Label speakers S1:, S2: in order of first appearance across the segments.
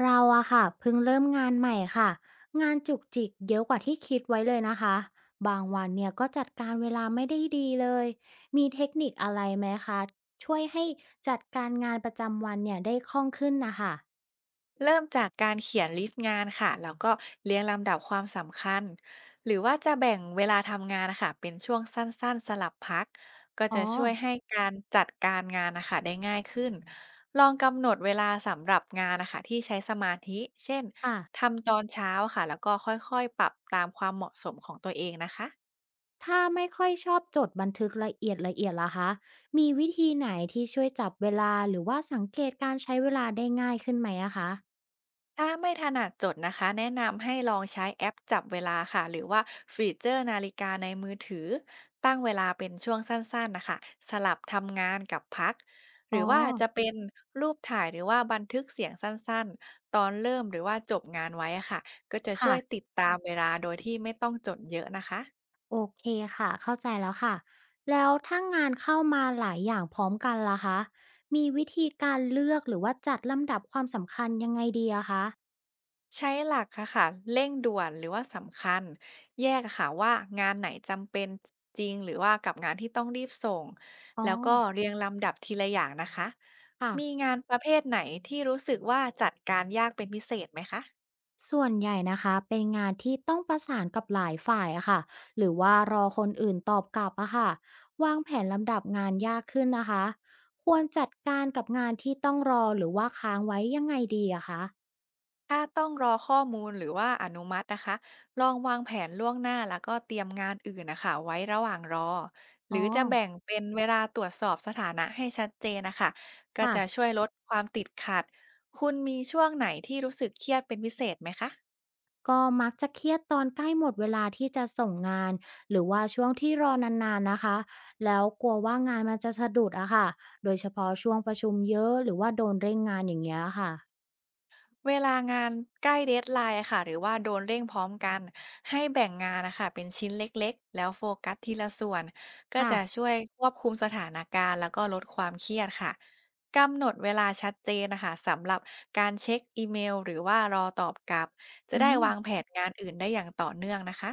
S1: เราอะค่ะเพิ่งเริ่มงานใหม่ค่ะงานจุกจิกเยอะกว่าที่คิดไว้เลยนะคะบางวันเนี่ยก็จัดการเวลาไม่ได้ดีเลยมีเทคนิคอะไรไหมคะช่วยให้จัดการงานประจำวันเนี่ยได้คล่องขึ้นนะคะ
S2: เริ่มจากการเขียนลิสต์งานค่ะแล้วก็เรียงลำดับความสำคัญหรือว่าจะแบ่งเวลาทำงานนะคะเป็นช่วงสั้นๆสลับพักก็
S1: อ๋อ
S2: จะช่วยให้การจัดการงานนะคะได้ง่ายขึ้นลองกำหนดเวลาสำหรับงานนะคะที่ใช้สมาธิเช่น
S1: ค่ะ
S2: ทำตอนเช้าค่ะแล้วก็ค่อยๆปรับตามความเหมาะสมของตัวเองนะคะ
S1: ถ้าไม่ค่อยชอบจดบันทึกละเอียดล่ะคะมีวิธีไหนที่ช่วยจับเวลาหรือว่าสังเกตการใช้เวลาได้ง่ายขึ้นไหมอะคะ
S2: ถ้าไม่ถนัดจดนะคะแนะนำให้ลองใช้แอปจับเวลาค่ะหรือว่าฟีเจอร์นาฬิกาในมือถือตั้งเวลาเป็นช่วงสั้นๆนะคะสลับทำงานกับพักห
S1: อ๋
S2: รื
S1: อ
S2: อว่าจะเป็นรูปถ่ายหรือว่าบันทึกเสียงสั้นๆตอนเริ่มหรือว่าจบงานไว้อะค่ะก็จะช่
S1: ค่ะ
S2: วยติดตามเวลาโดยที่ไม่ต้องจดเยอะนะคะ
S1: โอเคค่ะเข้าใจแล้วค่ะแล้วถ้างานเข้ามาหลายอย่างพร้อมกันล่ะคะมีวิธีการเลือกหรือว่าจัดลำดับความสำคัญยังไงดีอะคะ
S2: ใช้หลักอะค่ะเร่งด่วนหรือว่าสำคัญแยกอะค่ะว่างานไหนจำเป็นจริงหรือว่ากับงานที่ต้องรีบส่ง
S1: อ๋อ
S2: แล้วก็เรียงลำดับทีละอย่างนะคะ
S1: ค่ะ
S2: มีงานประเภทไหนที่รู้สึกว่าจัดการยากเป็นพิเศษไหมคะ
S1: ส่วนใหญ่นะคะเป็นงานที่ต้องประสานกับหลายฝ่ายอะค่ะหรือว่ารอคนอื่นตอบกลับอะค่ะวางแผนลำดับงานยากขึ้นนะคะควรจัดการกับงานที่ต้องรอหรือว่าค้างไว้ยังไงดีอะคะ
S2: ถ้าต้องรอข้อมูลหรือว่าอนุมัตินะคะลองวางแผนล่วงหน้าแล้วก็เตรียมงานอื่นนะคะไว้ระหว่างรอห
S1: อ๋อ
S2: รือจะแบ่งเป็นเวลาตรวจสอบสถานะให้ชัดเจนนะคะก็
S1: ค่ะ
S2: จะช่วยลดความติดขัดคุณมีช่วงไหนที่รู้สึกเครียดเป็นพิเศษไหมคะ
S1: ก็มักจะเครียดตอนใกล้หมดเวลาที่จะส่งงานหรือว่าช่วงที่รอนานๆนะคะแล้วกลัวว่างานมันจะสะดุดอะค่ะโดยเฉพาะช่วงประชุมเยอะหรือว่าโดนเร่งงานอย่างเงี้ยค่ะ
S2: เวลางานใกล้ deadline ค่ะหรือว่าโดนเร่งพร้อมกันให้แบ่งงานนะคะเป็นชิ้นเล็กๆแล้วโฟกัสทีละส่วนก็
S1: ค่ะ
S2: จะช่วยควบคุมสถานการณ์แล้วก็ลดความเครียดค่ะกำหนดเวลาชัดเจนนะคะสำหรับการเช็คอีเมลหรือว่ารอตอบกลับจะ
S1: อื
S2: ได้วางแผ
S1: ม
S2: นงานอื่นได้อย่างต่อเนื่องนะคะ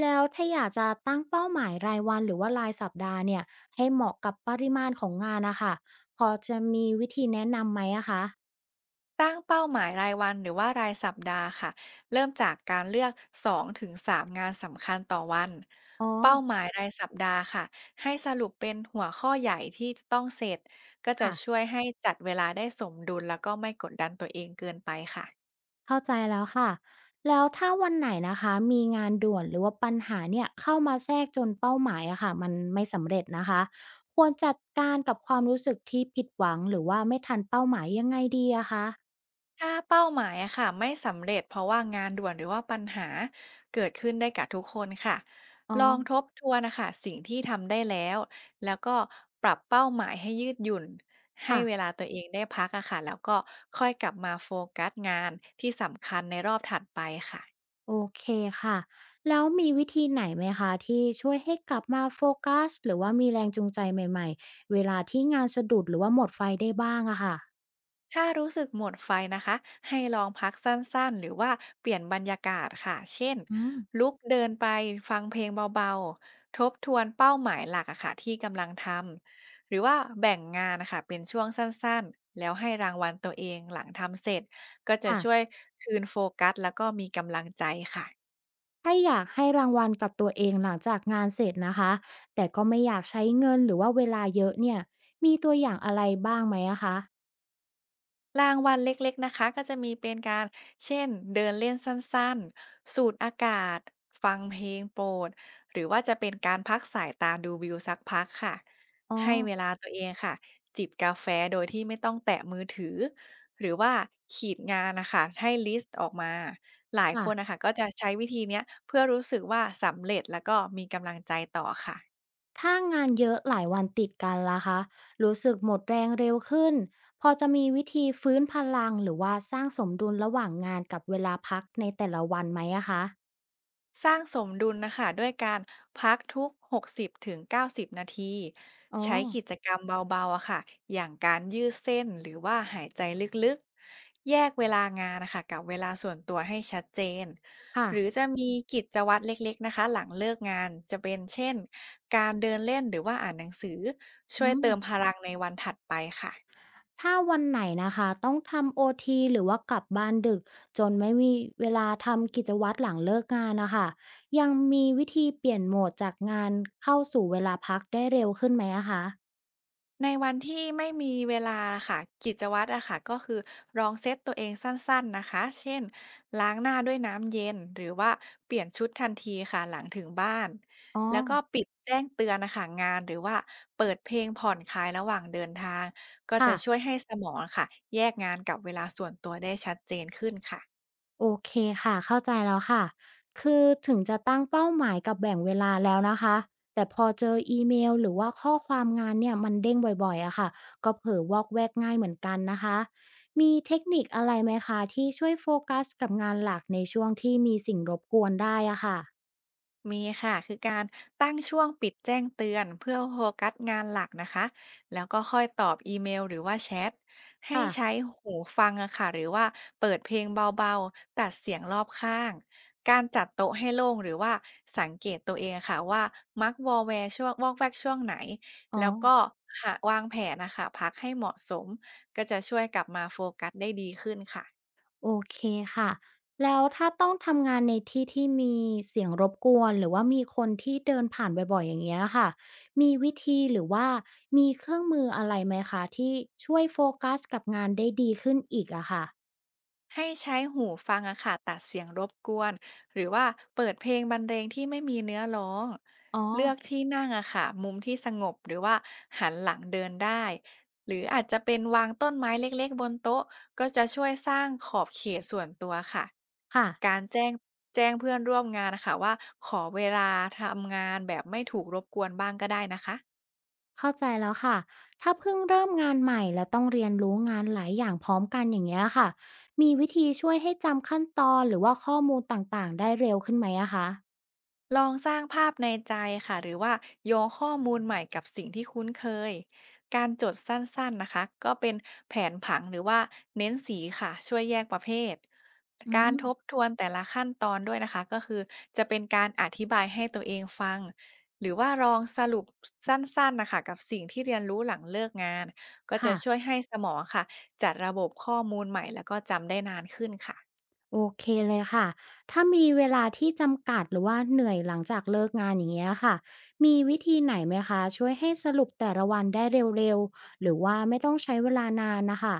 S1: แล้วถ้าอยากจะตั้งเป้าหมายรายวันหรือว่ารายสัปดาห์เนี่ยให้เหมาะกับปริมาณของงานนะคะพอจะมีวิธีแนะนำไหมอะคะ
S2: ตั้งเป้าหมายรายวันหรือว่ารายสัปดาห์ค่ะเริ่มจากการเลือก2-3งถึงสามงานสำคัญต่อวัน
S1: อ๋อ
S2: เป้าหมายรายสัปดาห์ค่ะให้สรุปเป็นหัวข้อใหญ่ที่จะต้องเสร็จก็จะ
S1: ค่ะ
S2: ช่วยให้จัดเวลาได้สมดุลแล้วก็ไม่กดดันตัวเองเกินไปค่ะ
S1: เข้าใจแล้วค่ะแล้วถ้าวันไหนนะคะมีงานด่วนหรือว่าปัญหาเนี่ยเข้ามาแทรกจนเป้าหมายอะค่ะมันไม่สำเร็จนะคะควรจัดการกับความรู้สึกที่ผิดหวังหรือว่าไม่ทันเป้าหมายยังไงดีอะคะ
S2: ถ้าเป้าหมายอะค่ะไม่สำเร็จเพราะว่างานด่วนหรือว่าปัญหาเกิดขึ้นได้กับทุกคนค่ะ
S1: อ๋อ
S2: ลองทบทวนนะคะสิ่งที่ทำได้แล้วแล้วก็ปรับเป้าหมายให้ยืดหยุ่นให้
S1: ค่ะ
S2: เวลาตัวเองได้พักอะค่ะแล้วก็ค่อยกลับมาโฟกัสงานที่สำคัญในรอบถัดไปค่ะ
S1: โอเคค่ะแล้วมีวิธีไหนไหมคะที่ช่วยให้กลับมาโฟกัสหรือว่ามีแรงจูงใจใหม่ๆเวลาที่งานสะดุดหรือว่าหมดไฟได้บ้างอะค่ะ
S2: ถ้ารู้สึกหมดไฟนะคะให้ลองพักสั้นๆหรือว่าเปลี่ยนบรรยากาศค่ะเช่น
S1: อืม
S2: ลุกเดินไปฟังเพลงเบาๆทบทวนเป้าหมายหลักอะค่ะที่กำลังทำหรือว่าแบ่งงานนะคะเป็นช่วงสั้นๆแล้วให้รางวัลตัวเองหลังทำเสร็จก็จะช่วย
S1: ค่ะ
S2: คืนโฟกัสแล้วก็มีกำลังใจค่ะ
S1: ถ้าอยากให้รางวัลกับตัวเองหลังจากงานเสร็จนะคะแต่ก็ไม่อยากใช้เงินหรือว่าเวลาเยอะเนี่ยมีตัวอย่างอะไรบ้างไหมอะคะ
S2: รางวัลเล็กๆนะคะก็จะมีเป็นการเช่นเดินเล่นสั้นๆสูดอากาศฟังเพลงโปรดหรือว่าจะเป็นการพักสายตาดูวิวสักพักค่ะ
S1: อ๋อ
S2: ให้เวลาตัวเองค่ะจิบกาแฟโดยที่ไม่ต้องแตะมือถือหรือว่าขีดงานนะคะให้ลิสต์ออกมาหลายคนนะ
S1: ค่ะ
S2: คะก็จะใช้วิธีเนี้ยเพื่อรู้สึกว่าสำเร็จแล้วก็มีกำลังใจต่อค่ะ
S1: ถ้างานเยอะหลายวันติดกันล่ะคะรู้สึกหมดแรงเร็วขึ้นพอจะมีวิธีฟื้นพลังหรือว่าสร้างสมดุลระหว่างงานกับเวลาพักในแต่ละวันไหมอะคะ
S2: สร้างสมดุลนะคะด้วยการพักทุก60-90นาที
S1: อ๋อ
S2: ใช้กิจกรรมเบาๆอะค่ะอย่างการยืดเส้นหรือว่าหายใจลึกๆแยกเวลางานนะคะกับเวลาส่วนตัวให้ชัดเจน
S1: ค่ะ
S2: หรือจะมีกิจวัตรเล็กๆนะคะหลังเลิกงานจะเป็นเช่นการเดินเล่นหรือว่าอ่านหนังสือช่
S1: อื
S2: วยเติมพ
S1: ม
S2: ลังในวันถัดไปค่ะ
S1: ถ้าวันไหนนะคะต้องทำโอทีหรือว่ากลับบ้านดึกจนไม่มีเวลาทำกิจวัตรหลังเลิกงานนะคะยังมีวิธีเปลี่ยนโหมดจากงานเข้าสู่เวลาพักได้เร็วขึ้นไหมอะคะ
S2: ในวันที่ไม่มีเวลาค่ะกิจวัตรอะค่ะก็คือลองเซตตัวเองสั้นๆนะคะเช่นล้างหน้าด้วยน้ำเย็นหรือว่าเปลี่ยนชุดทันทีค่ะหลังถึงบ้าน
S1: อ๋อ
S2: แล้วก็ปิดแจ้งเตือนนะคะงานหรือว่าเปิดเพลงผ่อนคลายระหว่างเดินทางก็จะ
S1: ค่ะ
S2: ช่วยให้สมองค่ะแยกงานกับเวลาส่วนตัวได้ชัดเจนขึ้นค่ะ
S1: โอเคค่ะเข้าใจแล้วค่ะคือถึงจะตั้งเป้าหมายกับแบ่งเวลาแล้วนะคะแต่พอเจออีเมลหรือว่าข้อความงานเนี่ยมันเด้งบ่อยๆอะค่ะก็เผลอวอกแวกง่ายเหมือนกันนะคะมีเทคนิคอะไรไหมคะที่ช่วยโฟกัสกับงานหลักในช่วงที่มีสิ่งรบกวนได้อะค่ะ
S2: มีค่ะคือการตั้งช่วงปิดแจ้งเตือนเพื่อโฟกัสงานหลักนะคะแล้วก็ค่อยตอบอีเมลหรือว่าแชทให้
S1: ค่ะ
S2: ใช้หูฟังอะค่ะหรือว่าเปิดเพลงเบาๆตัดเสียงรอบข้างการจัดโต๊ะให้โล่งหรือว่าสังเกตตัวเองอะค่ะว่ามักวอลแวร์ช่วงวอกแวกช่วงไหน
S1: อ๋อ
S2: แล้วก็หาวางแผนนะคะพักให้เหมาะสมก็จะช่วยกลับมาโฟกัสได้ดีขึ้นค่ะ
S1: โอเคค่ะแล้วถ้าต้องทำงานในที่ที่มีเสียงรบกวนหรือว่ามีคนที่เดินผ่านบ่อยๆอย่างเงี้ยค่ะมีวิธีหรือว่ามีเครื่องมืออะไรไหมคะที่ช่วยโฟกัสกับงานได้ดีขึ้นอีกอะค่ะ
S2: ให้ใช้หูฟังอะค่ะตัดเสียงรบกวนหรือว่าเปิดเพลงบรรเลงที่ไม่มีเนื้อร้อง
S1: อ๋อ
S2: เลือกที่นั่งอะค่ะมุมที่สงบหรือว่าหันหลังเดินได้หรืออาจจะเป็นวางต้นไม้เล็กๆบนโต๊ะก็จะช่วยสร้างขอบเขตส่วนตัวค่ะ
S1: ค่ะ
S2: การแจ้งเพื่อนร่วมงานนะคะว่าขอเวลาทำงานแบบไม่ถูกรบกวนบ้างก็ได้นะคะ
S1: เข้าใจแล้วค่ะถ้าเพิ่งเริ่มงานใหม่แล้วต้องเรียนรู้งานหลายอย่างพร้อมกันอย่างเงี้ยค่ะมีวิธีช่วยให้จำขั้นตอนหรือว่าข้อมูลต่างๆได้เร็วขึ้นไหมอะคะ
S2: ลองสร้างภาพในใจค่ะหรือว่าโยงข้อมูลใหม่กับสิ่งที่คุ้นเคย การจดสั้นๆนะคะก็เป็นแผนผังหรือว่าเน้นสีค่ะช่วยแยกประเภท
S1: อื
S2: การทบ
S1: ม
S2: ทวนแต่ละขั้นตอนด้วยนะคะก็คือจะเป็นการอธิบายให้ตัวเองฟังหรือว่าลองสรุปสั้นๆนะคะกับสิ่งที่เรียนรู้หลังเลิกงานก็จะ
S1: ค่ะ
S2: ช่วยให้สมองค่ะจัดระบบข้อมูลใหม่แล้วก็จำได้นานขึ้นค่ะ
S1: โอเคเลยค่ะ ถ้ามีเวลาที่จำกัดหรือว่าเหนื่อยหลังจากเลิกงานอย่างเงี้ยค่ะ มีวิธีไหนไหมคะช่วยให้สรุปแต่ละวันได้เร็วๆหรือว่าไม่ต้องใช้เวลานานนะคะ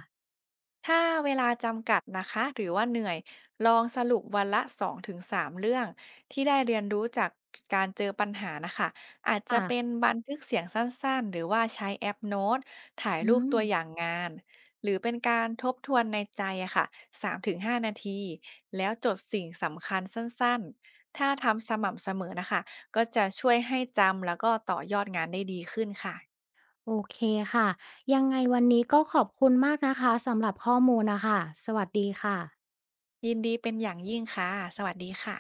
S2: ถ้าเวลาจำกัดนะคะหรือว่าเหนื่อยลองสรุปวันละ2-3เรื่องที่ได้เรียนรู้จากการเจอปัญหานะคะอาจจะ
S1: ค่ะ
S2: เป็นบันทึกเสียงสั้นๆหรือว่าใช้แอปโน้ตถ่าย
S1: อื
S2: รูป
S1: ม
S2: ตัวอย่างงานหรือเป็นการทบทวนในใจอะค่ะ3-5นาทีแล้วจดสิ่งสำคัญสั้นๆถ้าทำสม่ำเสมอนะคะก็จะช่วยให้จำแล้วก็ต่อยอดงานได้ดีขึ้นค่ะ
S1: โอเคค่ะยังไงวันนี้ก็ขอบคุณมากนะคะสำหรับข้อมูลนะคะสวัสดีค่ะ
S2: ยินดีเป็นอย่างยิ่งค่ะสวัสดีค่ะ